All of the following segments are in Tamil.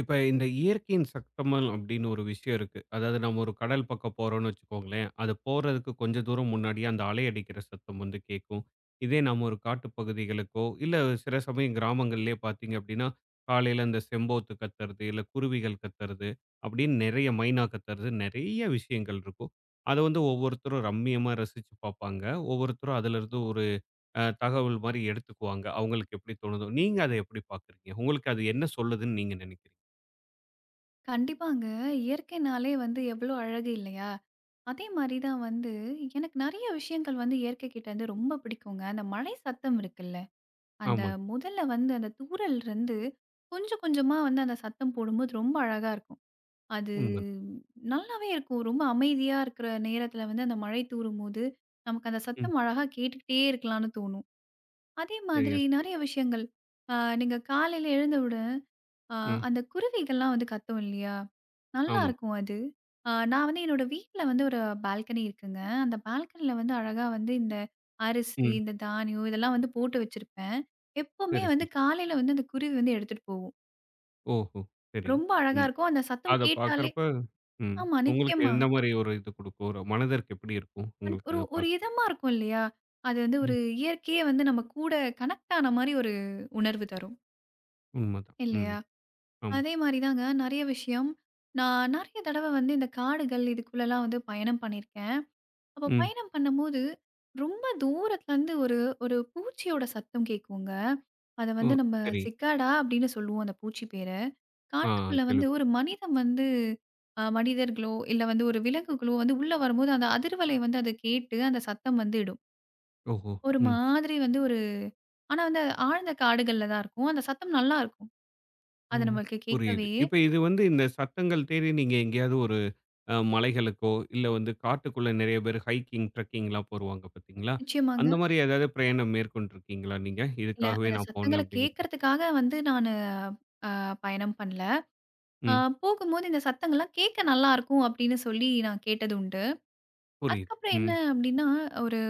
இப்ப இந்த இயற்கையின் சத்தங்கள் அப்படின்னு ஒரு விஷயம் இருக்கு. அதாவது நம்ம ஒரு கடல் பக்கம் போறோம்னு வச்சுக்கோங்களேன், அது போறதுக்கு கொஞ்சம் தூரம் முன்னாடியே அந்த அலை அடிக்கிற சத்தம் வந்து கேட்கும். இதே நம்ம ஒரு காட்டுப் பகுதிகளுக்கோ, இல்ல சில சமயம் கிராமங்கள்லயே பார்த்தீங்க அப்படின்னா, காலையில அந்த செம்போத்து கத்துறது, இல்ல குருவிகள் கத்துறது, அப்படின்னு நிறைய மைனா கத்துறது, நிறைய விஷயங்கள் இருக்கும். அத வந்து ஒவ்வொருத்தரும் ரம்மியமா ரசிச்சு பார்ப்பாங்க. ஒவ்வொருத்தரும் அதிலிருந்து ஒரு தகவல் மாரி எடுத்துக்குவாங்க. அவங்களுக்கு எப்படி தோணுதோ. நீங்க அத எப்படி பார்க்குறீங்க? உங்களுக்கு அது என்ன சொல்லுதுன்னு நீங்க நினைக்கிறீங்க? கண்டிப்பாங்க. இயற்கைனாலே வந்து எவ்ளோ அழகு இல்லையா? அதே மாரி தான் வந்து எனக்கு நெறைய விஷயங்கள் வந்து இயற்கைக்கிட்டேருந்து ரொம்ப பிடிக்குங்க. அந்த மழை சத்தம் இருக்குல்ல, அந்த ஆமாங்க. முதல்ல வந்து அந்த தூறல்ருந்து கொஞ்சம் கொஞ்சமா வந்து அந்த சத்தம் போடும்போது ரொம்ப அழகா இருக்கும். அது உண்மதான். நல்லாவே இருக்கும். ரொம்ப அமைதியா இருக்கிற நேரத்தில வந்து அந்த மழை தூறும்போது, நமக்கு அந்த ம். சத்தம் அழகா கேட்டுக்கிட்டே இருக்கலாம்னு தோணும். அதே சரியா மாதிரி சொன்னீங்க. நெறைய விஷயங்கள். அ நீங்க காலையில எழுந்து ஆ, ம். அந்த குருவிகள்லாம் வந்து கத்தும் இல்லையா? ஆமாங்க. நல்லாருக்கும் அது. நான் வந்து என்னோட வீட்ல வந்து ஒரு பால்கனி இருக்குங்க. அந்த பால்கனில வந்து அழகா வந்து இந்த அரிசி, ம். இந்த தானியம் இதெல்லாம் வந்து போட்டு வச்சிருப்பேன். எப்பவுமே சரி, வந்து சரி. காலையில வந்து அந்த குருவி வந்து எடுத்துட்டு போகும். ஓஹோ! சரி. ரொம்ப அழகா ம். இருக்கும். அந்த சத்தம் அத கேட்டாலே பார்க்கறப்ப ம். ஆமா, உங்களுக்கு நிச்சயமா. எந்த மாரி ஒரு இது குடுக்கும்? ஒரு மனதிற்கு எப்படி இருக்கும்? உங்களுக்கு ஒரு அத ஒரு பார்க்குறப்ப? இதமா இருக்கும் இல்லையா? அது வந்து ம். ஒரு இயற்கையே வந்து நம்ம கூட கனெக்ட் ஆன மாரி ஒரு உணர்வு தரும். உண்மதான். ம். இல்லையா? ஆமா. அதே மாரி தாங்க நெறைய விஷயம். நான் நெறைய தடவ வந்து இந்த காடுகள் இதுக்குள்ளலாம் வந்து பயணம் பண்ணியிருக்கேன். அப்போ ம். பயணம் பண்ணும்போது, ரொம்ப தூரத்துலருந்து ஒரு ஒரு பூச்சியோட சத்தம் கேட்குங்க. அத ஓ! வந்து நம்ம சரி. சிக்காடா அப்படின்னு சொல்லுவோம் அந்த பூச்சி பேர. ஆ காட்டுக்குள்ள வந்து கேள்விப்பட் ஒரு மனிதன் வந்து மனிதர்களோ, இல்ல வந்து ஒரு விலங்குகளோ வந்து உள்ள வரும்போது அந்த அதிர்வலை வந்து அத கேட்டு அந்த சத்தம் வந்து இடும். ஓஹோ! ஒரு ம். மாதிரி வந்து ஒரு ஆனா வந்து அது ஆழ்ந்த காடுகள்ல தான் இருக்கும். அந்த சத்தம் நல்லாருக்கும். அது ம். நம்மளுக்கு புரியுது. கேட்கவே இப்ப இது வந்து இந்த சத்தங்கள் தேடி நீங்க எங்கேயாவது ஒரு மலைகளுக்கோ, இல்ல வந்து காட்டுக்குள்ள நெறைய பேர் ஹைக்கிங், ட்ரெக்கிங்லாம் போருவாங்க பார்த்தீங்களா? நிச்சயமாங்க. அந்த மாரி ஏதாவது பிரயாணம் மேற்கொண்டிருக்கீங்களா நீங்க? இல்ல, இதுக்காகவே அந்த நான் போனேன் சத்தங்கள அப்படிங்கிற மாரி. கேட்கறதுக்காக வந்து நானு அ பயணம் பண்ணல. அ ம். போகும்போது இந்த சத்தங்கள்லாம் கேட்க நல்லாருக்கும் அப்படின்னு சொல்லி நான் கேட்டது உண்டு. புரியுது. அதுக்கப்புறம் ம். என்ன அப்படின்னா, ஒரு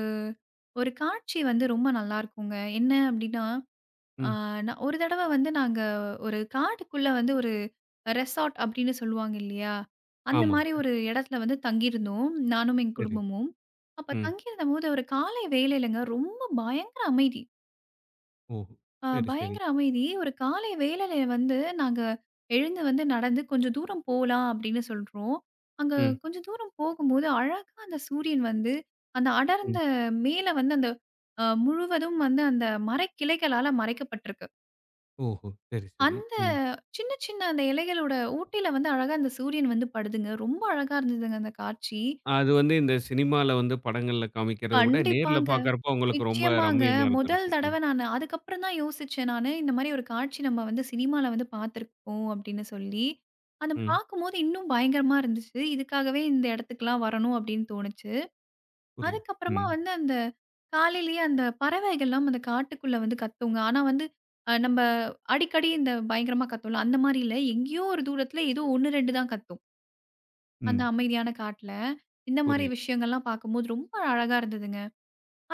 ஒரு காட்சி வந்து ரொம்ப நல்லாருக்குங்க. என்ன அப்படின்னா, அ ம். நான் ஒரு தடவ வந்து நாங்க ஒரு காட்டுக்குள்ள வந்து ஒரு ரெசார்ட் அப்படின்னு சொல்லுவாங்க இல்லையா? அந்த மாரி ஆமாங்க. ஒரு இடத்துல வந்து தங்கியிருந்தோம். நானும் என் சரி. குடும்பமும். அப்ப ம். தங்கியிருந்தபோது ஒரு காலை வேளையிலங்க ரொம்ப பயங்கர அமைதி. ஓஹோ! சரி, சரி. பயங்கர அமைதி. ஒரு காலை வேளையில வந்து நாங்க எழுந்து வந்து நடந்து கொஞ்சம் தூரம் போலாம் அப்படின்னு சொல்றோம். அங்க ம். கொஞ்சம் தூரம் போகும்போது அழகா அந்த சூரியன் வந்து அந்த ம். அடர்ந்த மேல வந்து அந்த முழுவதும் வந்து அந்த மரக்கிளைகளால மறைக்கப்பட்டிருக்கு. ஓஹோ! சரி, சரி. அந்த ம். சின்ன சின்ன அந்த இலைகளோட ஊட்டில வந்து அழகா அந்த சூரியன் வந்து படுதுங்க. ரொம்ப அழகா இருந்ததுங்க அந்த காட்சி. அது வந்து இந்த சினிமால வந்து படங்கள்ல காமிக்கிறத விட நேர்ல கண்டிப்பாங்க. பார்க்கறப்போ உங்களுக்கு ரொம்ப நிச்சயமாங்க. ரம்மியமா முதல் இருந்திருக்கும். தடவ நானு அதுக்கப்புறம் தான் யோசிச்சேன் நானு. இந்த மாரி ஒரு காட்சி நம்ம வந்து சினிமால வந்து பார்த்துருப்போம் அப்படின்னு சொல்லி. அத ம். பார்க்கும்போது இன்னும் பயங்கரமா இருந்துச்சு. இதுக்காகவே இந்த இடத்துக்குலாம் வரணும் அப்படின்னு தோணுச்சு. புரியுது. அதுக்கப்புறமா ம். வந்து அந்த காலையிலேயே அந்த பறவைகள்லாம் அந்த காட்டுக்குள்ள வந்து கத்துங்க. ஆனா வந்து நம்ப அடிக்கடி இந்த பயங்கரமா கத்தும்ல, அந்த மாரி இல்ல. எங்கேயோ ஒரு தூரத்துல ஏதோ 1, 2 தான் கத்தும். அந்த ம். அமைதியான காட்டுல. இந்த மாரி புரியுது. விஷயங்கள்லாம் பார்க்கும்போது ரொம்ப அழகா இருந்ததுங்க.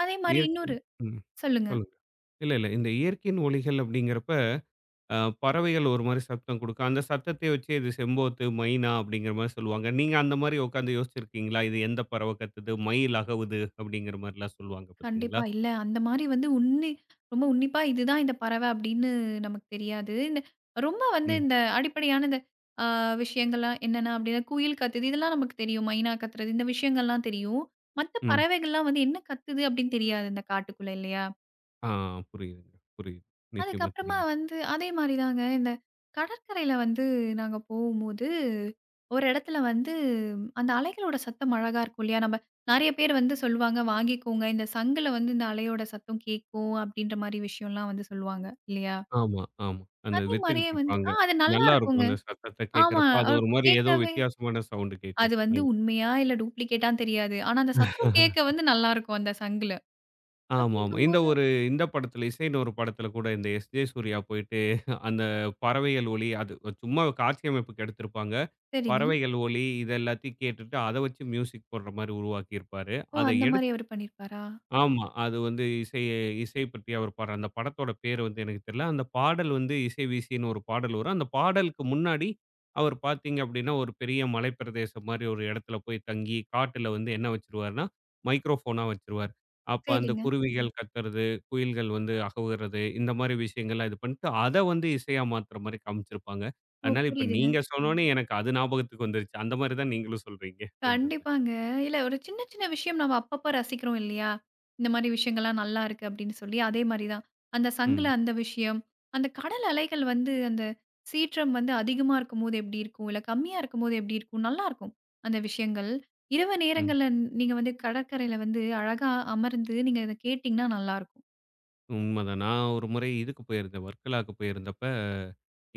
அதே மாரி இயற்கை இன்னொரு ம். சொல்லுங்க. சொல்லுங்க. இல்ல, இல்ல. இந்த இயற்கையின் ஒலிகள் அப்படிங்கிறப்ப, அ பறவைகள் ஒரு மாரி சத்தம் குடுக்கும். அந்த சத்தத்தை வச்சு இது செம்போத்து, மைனா அப்படிங்கிற மாரி சொல்லுவாங்க. நீங்க அந்த மாரி உட்கார்ந்து யோசிச்சிருக்கீங்களா? இது எந்த பறவை கத்துது? மயில் அகவுது அப்படிங்கிற மாரிலாம் சொல்லுவாங்க பார்த்தீங்களா? கண்டிப்பா. இல்ல அந்த மாரி வந்து ரொம்ப உன்னிப்பா இதுதான் இந்த பறவை அப்படின்னு நமக்கு தெரியாது. இந்த ரொம்ப வந்து ம், இந்த அடிப்படையான இந்த அ விஷயங்கள்லாம் என்னென்ன அப்படின்னா, குயில் கத்துது இதெல்லாம் நமக்கு தெரியும். மைனா கத்துறது இந்த விஷயங்கள்லாம் தெரியும். மத்த ம். பறவைகள்லாம் வந்து என்ன கத்துது அப்படின்னு தெரியாது இந்த காட்டுக்குள்ள இல்லையா? ஆ புரியுதுங்க. புரியுது. நிச்சயமா அதுக்கப்புறமா தெரியுது. வந்து அதே மாரி தாங்க இந்த கடற்கரையில வந்து நாங்க போகும்போது, ஒரு இடத்துல வந்து அந்த அலைகளோட சத்தம் அழகா இருக்கும் இல்லையா? நம்ம நெறைய பேர் வந்து சொல்லுவாங்க, "வாங்கிக்கோங்க. இந்த சங்குல வந்து இந்த அலையோட சத்தம் கேட்கும்." அப்படின்ற மாரி விஷயம்லாம் வந்து சொல்லுவாங்க இல்லையா? ஆமா, ஆமா. அந்த அதே மாரியே வித்துக்கிட்டு வந்து இருப்பாங்க. அது நல்லா இருக்கும் நல்லாருக்குங்க. அந்த சத்தத்த ஆமா. கேட்கிறப்ப. அது அவ் ஒரு மாரி ஏதோ கேட்கவே வித்தியாசமான சவுண்ட் கேட்கும். அது வந்து உண்மையா இல்ல டூப்ளிகேட்டான்னு தெரியாது. ஆனா அந்த சத்தம் கேட்க வந்து நல்லாருக்கும் அந்த சங்குல. ஆமாமா. அப்படிங்கும்போது இந்த படத்துல, இசைன்னு ஒரு படத்துல கூட இந்த எஸ். ஜே. சூர்யா போயிட்டு அந்த பறவைகள் ஒலி அது சும்மா காட்சி அமைப்புக்கு எடுத்திருப்பாங்க. சரிங்க. பறவைகள் ஒலி இது எல்லாத்தையும் கேட்டுட்டு, அத வச்சு மியூசிக் போடுற மாரி உருவாக்கியிருப்பாரு. ஓ! அத அந்த மாரி எடுத்து அவரு பண்ணியிருப்பாரா? ஆமா. அது வந்து இசை இசை பத்தி அவர் பாடுற அந்த படத்தோட பேரு வந்து எனக்கு தெரியல. அந்த பாடல் வந்து இசை வீசின்னு ஒரு பாடல் வரும். அந்த பாடலுக்கு முன்னாடி அவர் பார்த்தீங்க அப்டின்னா, ஒரு பெரிய மலைப்பிரதேசம் மாரி ஒரு இடத்துல போய் தங்கி, காட்டுல வந்து என்ன வச்சுருவாருன்னா, மைக்ரோஃபோனா வச்சுருவாரு. அப்ப அந்த ம். சரிங்க. குருவிகள் கத்துறது, குயில்கள் வந்து அகவுறது, இந்த மாரி விஷயங்கள்லாம் இது பண்ணிட்டு, அத வந்து இசையா மாத்துற மாரி காமிச்சிருப்பாங்க. ஓ! அதனால இப்ப புரியுதுங்க. நீங்க ம். சொன்னோனே எனக்கு அது ஞாபகத்துக்கு வந்துருச்சு. அந்த மாரி தான் நீங்களும் சொல்றீங்க அந்த இதுல. கண்டிப்பாங்க. இல்ல ஒரு சின்ன, சின்ன விஷயம் நம்ம அப்பப்ப ரசிக்கிறோம் இல்லையா? இந்த மாரி விஷயங்கள்லாம் நல்லா இருக்கு அப்படின்னு சொல்லி, அதே மாரி தான். அந்த சங்குல ம். அந்த விஷயம், அந்த கடல் அலைகள் வந்து அந்த சீற்றம் வந்து அதிகமா இருக்கும்போது எப்படி இருக்கும்? இல்ல கம்மியா இருக்கும்போது எப்படி இருக்கும்? நல்லாருக்கும். அந்த விஷயங்கள். இரவு ம். நேரங்கள்ல நீங்க வந்து கடற்கரையில வந்து அழகா அமர்ந்து நீங்க இத கேட்டீங்கன்னா நல்லாருக்கும். உண்மதான். நான் ஒரு முறை இதுக்கு போயிருந்தேன். வர்க்கலாக்கு போயிருந்தப்ப,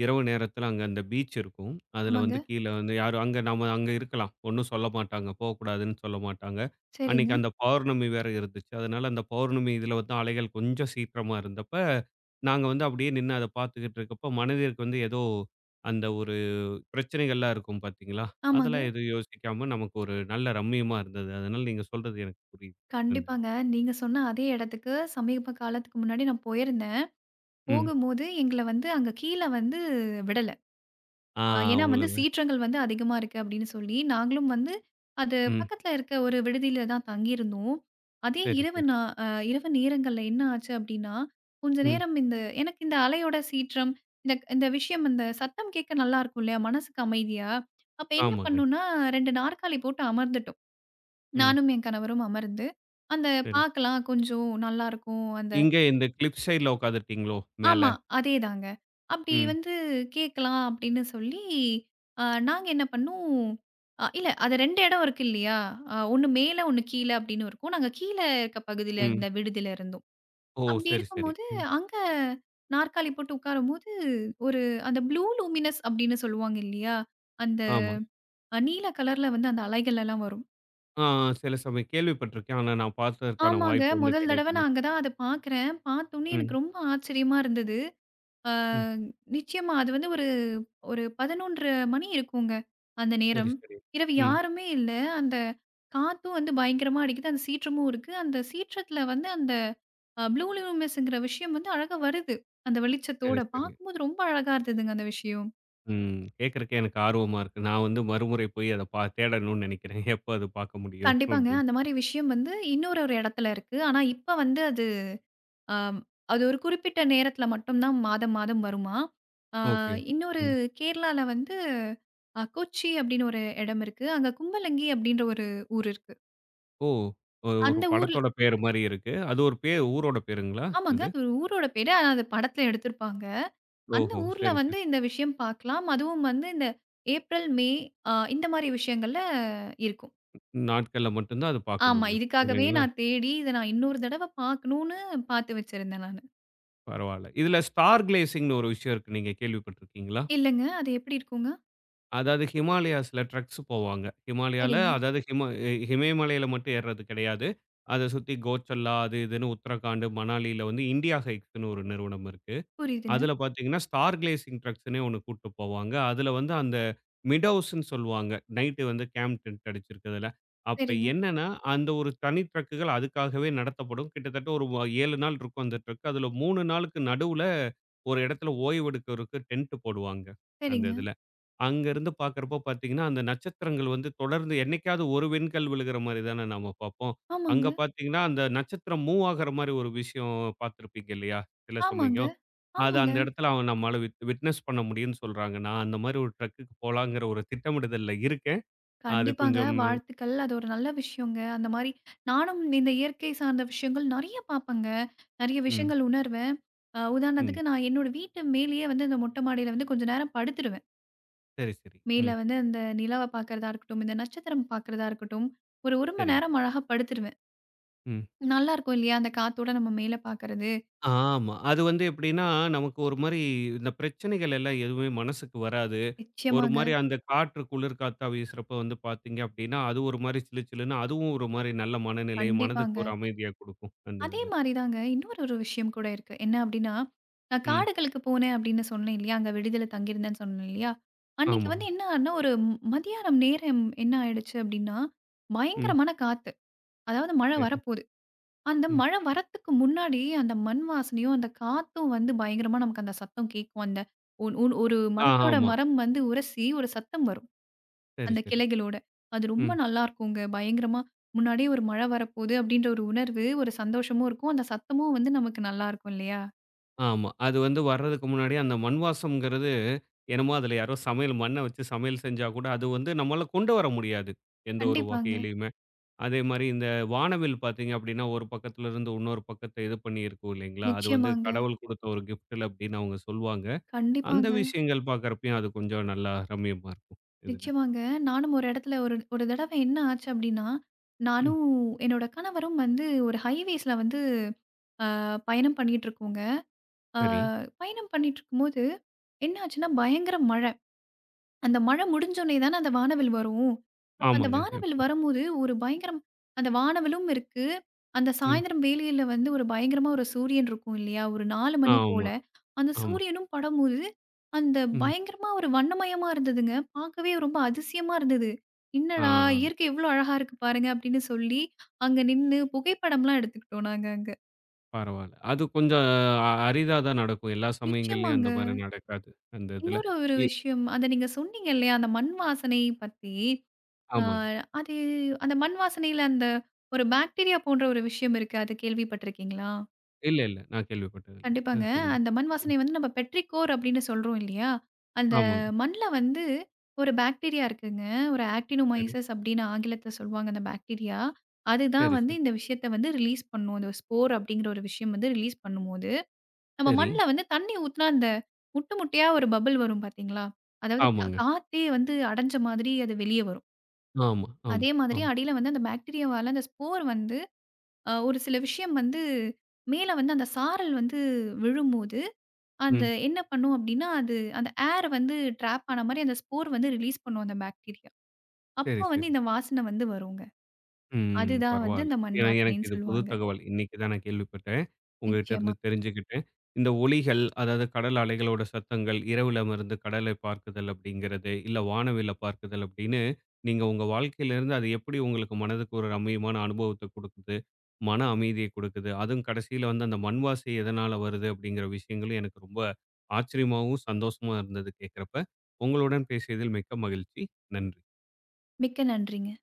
இரவு நேரத்தில அங்க அந்த பீச் இருக்கும். அதில ஆமாங்க. வந்து கீழ வந்து யாரும் அங்க நாம அங்க இருக்கலாம். ஒண்ணும் சொல்ல மாட்டாங்க. போக்கூடாதுன்னு சொல்ல மாட்டாங்க. அன்னைக்கு சரிங்க. அந்த பௌர்ணமி வேற இருந்துச்சு. அதனால அந்த பௌர்ணமி இதில வந்து அலைகள் கொஞ்சம் சீக்கிரமா இருந்தப்ப, நாங்க வந்து அப்படியே நின்னு அத பார்த்துக்கிட்டு இருக்கப்ப, மனதிற்கு வந்து ஏதோ அந்த ஒரு பிரச்சனைகள்லாம் இருக்கும் பார்த்தீங்களா? ஆமாங்க. அதெல்லாம் எதுவும் யோசிக்காம நமக்கு ஒரு நல்ல ரம்மியமா இருந்தது. அதனால நீங்க சொல்றது எனக்கு புரியுது. அந்த கண்டிப்பாங்க. நீங்க சொன்ன அதே இடத்துக்கு சமீப காலத்துக்கு முன்னாடி நான் போயிருந்தேன். ம். போகும்போது எங்கள வந்து அங்க கீழ வந்து விடல. ஆ ஏன்னா வந்து உங்களுக்கு சீற்றங்கள் வந்து அதிகமா இருக்கு அப்படின்னு சொல்லி, நாங்களும் வந்து அது ம். பக்கத்துல இருக்க ஒரு விடுதியில தான் தங்கியிருந்தோம். அதே சரி, இரவு சரி. அ இரவு நேரங்கள்ல என்ன ஆச்சு அப்படின்னா, கொஞ்ச ம். நேரம் இந்த எனக்கு இந்த அலையோட சீற்றம், இந்த இந்த விஷயம் இந்த சத்தம் கேட்க நல்லா இருக்கும் இல்லையா? மனசுக்கு அமைதியா. அப்ப என்ன ஆமாங்க. பண்ணோம்னா, 2 நாற்காலி போட்டு அமர்ந்துட்டோம். ம். நானும் என் கணவரும் அமர்ந்து, அந்த சரி. பார்க்கலாம் கொஞ்சம் நல்லாருக்கும். அந்த இங்க இந்த கிளிப் சைட்ல உட்காந்துருக்கீங்களோ ஆமா. மேல? அதேதாங்க. அப்படி ம். வந்து கேட்கலாம் அப்படின்னு சொல்லி, அ நாங்க என்ன பண்ணோம், இல்ல அது 2 இடம் இருக்கு இல்லையா? ஒண்ணு மேல, ஒண்ணு கீழ அப்படின்னு இருக்கும். நாங்க கீழ இருக்க பகுதியில ம். இருந்த விடுதியில இருந்தோம். ஓ! அப்படி சரி, சரி. இருக்கும்போது, ம். அங்க நாற்காலி போட்டு உட்காரும்போது, ஒரு அந்த ப்ளூ லூமினஸ் அப்படின்னு சொல்லுவாங்க இல்லையா? அந்த ஆமா. நீல கலர்ல வந்து அந்த அலைகள் எல்லாம் வரும். ஆ சில சமயம் கேள்விப்பட்டுருக்கேன். ஆனா நான் பார்த்ததற்கான ஆமாங்க. வாய்ப்பு வந்து முதல் தடவ கிடைக்கல. நான் அங்க தான் அத பார்க்குறேன். பார்த்தோனே ம். எனக்கு ரொம்ப ஆச்சரியமா இருந்தது. ஆ, ம். நிச்சயமா. அது வந்து ஒரு ஒரு 11:30 மணி இருக்குங்க, அந்த சரி, நேரம். சரி. இரவு ம். யாருமே இல்ல. அந்த காத்தும் வந்து பயங்கரமா அடிக்குது. அந்த சீற்றமும் இருக்கு. அந்த சீற்றத்துல வந்து அந்த ப்ளூ லூமினஸ்ங்கிற விஷயம் வந்து அழகா வருது. அந்த சரி, வெளிச்சத்தோட சரி. பார்க்கும்போது ரொம்ப அழகா இருந்ததுங்க அந்த விஷயம். ம். கேட்கறக்கே எனக்கு ஆர்வமா இருக்கு. நான் வந்து மறுமுறை போய் அத தேடணும்னு நெனைக்கிறேன். எப்ப அது பார்க்க முடியும் கண்டிப்பாங்க. அப்படின்னு அந்த சொல்லி. மாரி விஷயம் வந்து இன்னொரு ஒரு இடத்துல இருக்கு. ஆனா இப்ப வந்து அது ஆம். அது ஒரு குறிப்பிட்ட நேரத்தில மட்டும் தான் மாதம், மாதம் வருமாம். ஆ ஓகே. இன்னொரு ம். கேரளால வந்து கொச்சி அப்படின்னு ஒரு இடம் இருக்கு. அங்க கும்பலங்கி அப்படின்ற ஒரு ஊர் இருக்கு. ஓ! ஒரு ஒரு அந்த ஊர்ல் படத்தோட பேரு மாரி இருக்கு. அது ஒரு பேர் ஊரோட பேருங்களா ஆமாங்க. அது? அது ஒரு ஊரோட பேரு. ஆனா அது படத்தில எடுத்திருப்பாங்க. அந்த ஓஹோ! ஊர்ல சரி, வந்து சரி. இந்த விஷயம் பார்க்கலாம். அதுவும் வந்து இந்த ஏப்ரல், மே இந்த மாரி விஷயங்கள்ல இருக்கும். நாட்கள்ல மட்டும் தான் அது பார்க்க ஆமா. முடியும். இதுக்காகவே இல்லைங்களா? நான் தேடி இத நான் இன்னொரு தடவ பார்க்கணும்னு பார்த்து வச்சிருந்தேன் நானு. பரவால்ல. இதுல ஸ்டார் கிளேசிங்ன்னு ஒரு விஷயம் இருக்கு. நீங்க கேள்விப்பட்டுருக்கீங்களா? இல்லங்க. அது எப்படி இருக்குங்க? அதாவது ஹிமாலயாஸ்ல ட்ரக்ஸ் போவாங்க. ஹிமாலயால சரிங்க. அதாவது இமயமலையில மட்டும் ஏர்றது கிடையாது. அத சுத்தி கோச்சல்லா அது இதுன்னு உத்தரகாண்ட், மணாலியில வந்து இண்டியா ஹைக்ஸ்ன்னு ஒரு நிறுவனம் இருக்கு. புரியுதுங்க. அதில பார்த்தீங்கன்னா, ஸ்டார் கிளேசிங் ட்ரக்ஸ்ன்னே ஒண்ணு கூட்டு போவாங்க. அதில வந்து அந்த மிடோஸ்ன்னு சொல்லுவாங்க. நைட்டு வந்து கேம்ப் டென்ட் அடிச்சிருக்கிறதுல. அப்ப சரிங்க, என்னன்னா, அந்த ஒரு தனி ட்ரக்குகள் அதுக்காகவே நடத்தப்படும். கிட்டத்தட்ட ஒரு 7 நாள் இருக்கும் அந்த ட்ரக். அதில 3 நாளுக்கு நடுவுல ஒரு இடத்துல ஓய்வெடுக்கிறதுக்கு டென்ட் போடுவாங்க. அந்த சரிங்க. இதில. அங்கருந்து பார்க்கிறப்போ பார்த்தீங்கன்னா, அந்த நட்சத்திரங்கள் வந்து தொடர்ந்து என்னைக்காவது ஒரு விண்கல் விழுகிற மாரி தானே நாம பார்ப்போம். அங்க ஆமாங்க. பார்த்தீங்கன்னா, அந்த நட்சத்திரம் மூவ் ஆகுற மாரி ஒரு விஷயம் பார்த்திருப்பீங்க இல்லையா? சில ஆமாங்க, சமயம். அத ஆமாங்க. அந்த இடத்துல அவன் நம்மால விட்னஸ் பண்ண முடியும்ன்னு சொல்றாங்க. நான் அந்த மாரி ஒரு ட்ரக்குக்கு போலாங்கிற ஒரு திட்டமிடுதல்ல இருக்கேன். அது கண்டிப்பாங்க. கொஞ்சம் வாழ்த்துக்கள். அது ஒரு நல்ல விஷயங்க. அந்த மாரி நானும் இந்த இயற்கை சார்ந்த விஷயங்கள் நெறைய பாப்பேங்க. நெறைய ம், விஷயங்கள் உணர்வேன். ம். உதாரணத்துக்கு நான் என்னோட வீட்டு மேலேயே வந்து அந்த மொட்ட மாடியில வந்து கொஞ்ச நேரம் படுத்துருவேன். சரி, சரி. மேல ம். வந்து அந்த நிலாவ பாக்கறதா இருக்கட்டும், இந்த நட்சத்திரம் பாக்கறதா இருக்கட்டும், ஒரு 1 மணி சரிங்க. நேரம் அழகா படுத்துருவேன். ம். நல்லாருக்கும் இல்லையா? அந்த காத்தோட நம்ம மேல பாக்கறது. ஆமா. அது வந்து எப்படின்னா, நமக்கு ஒரு மாரி இந்த பிரச்சனைகள் எல்லாம் எதுவுமே மனசுக்கு வராது. ஒரு நிச்சயமாங்க. மாரி அந்த காற்று குளிர் காத்தா வீசுறப்ப வந்து பார்த்தீங்க அப்படின்னா, அது ஒரு மாரி சிலு சிலுன்னு அதுவும் ஒரு மாரி நல்ல மனநிலை, மனதுக்கு கண்டிப்பாங்க. ஒரு அமைதிய குடுக்கும் அந்த அதே இதுல. மாரி தாங்க. இன்னொரு ஒரு விஷயம் கூட இருக்கு. என்ன அப்டின்னா, நான் ம். காடுகளுக்கு போனேன் அப்டின்னு சொன்னேன் இல்லையா? அங்க விடுதில தங்கியிருந்தேன்னு சொன்னேன் இல்லையா? அன்னைக்கு ஆமாங்க. வந்து என்ன ஆனா ஒரு மதியானம் நேரம் என்ன ஆயிடுச்சு அப்டின்னா, ம். பயங்கரமான காத்து. அதாவது மழை சரி. வரப்போது. அந்த ம். மழை வரத்துக்கு முன்னாடி அந்த மண் வாசனையும், அந்த காத்தும் வந்து பயங்கரமா நமக்கு அந்த சத்தம் கேட்கும். அந்த ஒன் ஒன் ஒரு ஆ மரத்தோட ஆமா. மரம் வந்து உரசி ஒரு சத்தம் வரும். சரி, அந்த சரி. கிளைகளோட. அது ரொம்ப ம். நல்லாருக்குங்க. பயங்கரமா முன்னாடியே ஒரு மழை வரப்போது அப்டின்ற ஒரு உணர்வு, ஒரு சந்தோஷமும் இருக்கும். அந்த சத்தமும் வந்து நமக்கு நல்லாருக்கும் இல்லையா? ஆமா. அது வந்து வர்றதுக்கு முன்னாடி அந்த மண் வாசம்ங்கிறது, என்னமோ அதுல யாரோ சமையல் மண்ண வச்சு சமையல் செஞ்சா கூட, அது வந்து நம்மால கொண்டு வர முடியாது. எந்த ஒரு கண்டிப்பாங்க. வகையிலயுமே. அதே மாரி இந்த வானவில் பார்த்தீங்க அப்படின்னா, ஒரு பக்கத்துல இருந்து இன்னொரு பக்கத்த இது பண்ணியிருக்கும் இல்லைங்களா? அது வந்து நிச்சயமாங்க. கடவுள் குடுத்த ஒரு கிஃப்ட்ல அப்படின்னு அவங்க சொல்வாங்க. அந்த கண்டிப்பாங்க. விஷயங்கள் பார்க்கறப்பயும் அது கொஞ்சம் நல்லா ரம்மியமா இருக்கும் இதுல. நிச்சயமாங்க. நானும் ஒரு இடத்துல ஒரு ஒரு தடவ என்ன ஆச்சு அப்டின்னா, ம். நானும் என்னோட கணவரும் வந்து ஒரு ஹைவேஸ்ல வந்து பயணம் பண்ணிட்டுருக்கோங்க. அ சரி. பயணம் பண்ணிட்டுருக்கும்போது என்ன ஆச்சுன்னா, பயங்கர மழ. அந்த மழை முடிஞ்சோனே தானே அந்த வானவில் வரும். அப்ப அந்த ஆமாங்க. வானவில் எப்போ வரும்போது ஒரு பயங்கரம் அந்த வானவிலும் இருக்கு. அந்த ம். சாயந்தரம் வேளையில வந்து ஒரு பயங்கரமா ஒரு சூரியன் இருக்கும் இல்லையா? ஒரு 4 மணி போல. ஆமா, அந்த ஆமா. சூரியனும் படும்போது, அந்த ம். பயங்கரமா ஒரு வண்ணமயமா இருந்ததுங்க. பார்க்கவே ரொம்ப அதிசயமா இருந்தது. "என்னடா! ஆ. இயற்கை எவ்ளோ அழகா இருக்கு பாருங்க" அப்படின்னு சொல்லி, அங்க நின்னு புகைப்படம்லாம் எடுத்துக்கிட்டோம் நாங்க அங்க. பரவால்ல. அது கொஞ்சம் அரிதா தான் நடக்கும். எல்லா சமயங்கள்லயும் நிச்சயமாங்க. அந்த மாரி நடக்காது. அந்த இதுல. இன்னொரு ஒரு இ விஷயம், அத நீங்க சொன்னீங்க இல்லையா? அந்த மண் வாசனை பத்தி. ஆ, ஆமாங்க. அது அந்த மண் வாசனையில அந்த ஒரு பாக்டீரியா போன்ற ஒரு விஷயம் இருக்கு. அது கேள்விப்பட்டிருக்கீங்களா? இல்ல, இல்ல. நான் கேள்விப்பட்டது இல்ல. அது கண்டிப்பாங்க. சம்பந்தமா. அந்த மண் ம். வாசனை வந்து நம்ம பெட்ரிகோர் அப்படின்னு சொல்றோம் இல்லையா? அந்த ஆமாங்க. மண்ல வந்து ஒரு பாக்டீரியா இருக்குங்க. ஒரு சரி, ஆக்டினோமைசஸ் அப்படின்னு ஆங்கிலத்துல சொல்வாங்க அந்த பாக்டீரியா. அதுதான் சரி, வந்து சரி, இந்த விஷயத்த வந்து ரிலீஸ் பண்ணும். அந்த ஸ்போர் அப்படிங்கிற ஒரு விஷயம் வந்து ரிலீஸ் பண்ணும்போது, நம்ம சரி. மண்ல வந்து தண்ணி ஊத்துனா அந்த முட்டு முட்டையா ஒரு பபிள் வரும் பார்த்தீங்களா? அதாவது ஆமாங்க. காத்தே வந்து அடைஞ்ச மாதிரி அது வெளிய வரும். ஆமா, ஆமா, அதே மாதிரி ஆமா. அடியில வந்து அந்த பாக்டீரியாவால அந்த ஸ்போர் வந்து ஒரு சில விஷயம் வந்து மேல வந்து அந்த சாரல் வந்து விழும்போது, அந்த ம். என்ன பண்ணும் அப்டின்னா, அது அந்த ஏர் வந்து ட்ராப் ஆன மாரி அந்த ஸ்போர் வந்து ரிலீஸ் பண்ணும் அந்த பாக்டீரியா. சரி, அப்போ வந்து சரி. இந்த வாசனை வந்து வருங்க. ம். அதுதான் வந்து பரவால்ல. அந்த மண் ஏன்னா எனக்கு வாசனைன்னு இது புது சொல்லுவாங்க. தகவல். இன்னைக்கு தான் நான் கேள்விப்பட்டேன். உங்ககிட்ட இருந்து நிச்சயமா. தெரிஞ்சுக்கிட்டேன். இந்த ஒலிகள், அதாவது கடல் அலைகளோட சத்தங்கள், இரவுல அமர்ந்து கடலை பார்க்குதல் அப்படிங்கிறது, இல்ல வானவில்ல பார்க்குதல் அப்படின்னு, நீங்க உங்க வாழ்க்கையிலிருந்து அது எப்படி உங்களுக்கு மனதுக்கு ஒரு ரம்மியமான அனுபவத்த குடுக்குது, மன அமைதிய குடுக்குது, அதுவும் கடைசியில வந்து அந்த மண் வாசை எதனால வருது அப்படிங்கிற விஷயங்களும் எனக்கு ரொம்ப ஆச்சரியமாவும், சந்தோஷமா இருந்தது கேட்கிறப்ப. உங்களுடன் பேசியதில் மிக்க மகிழ்ச்சி. நன்றி. மிக்க நன்றிங்க.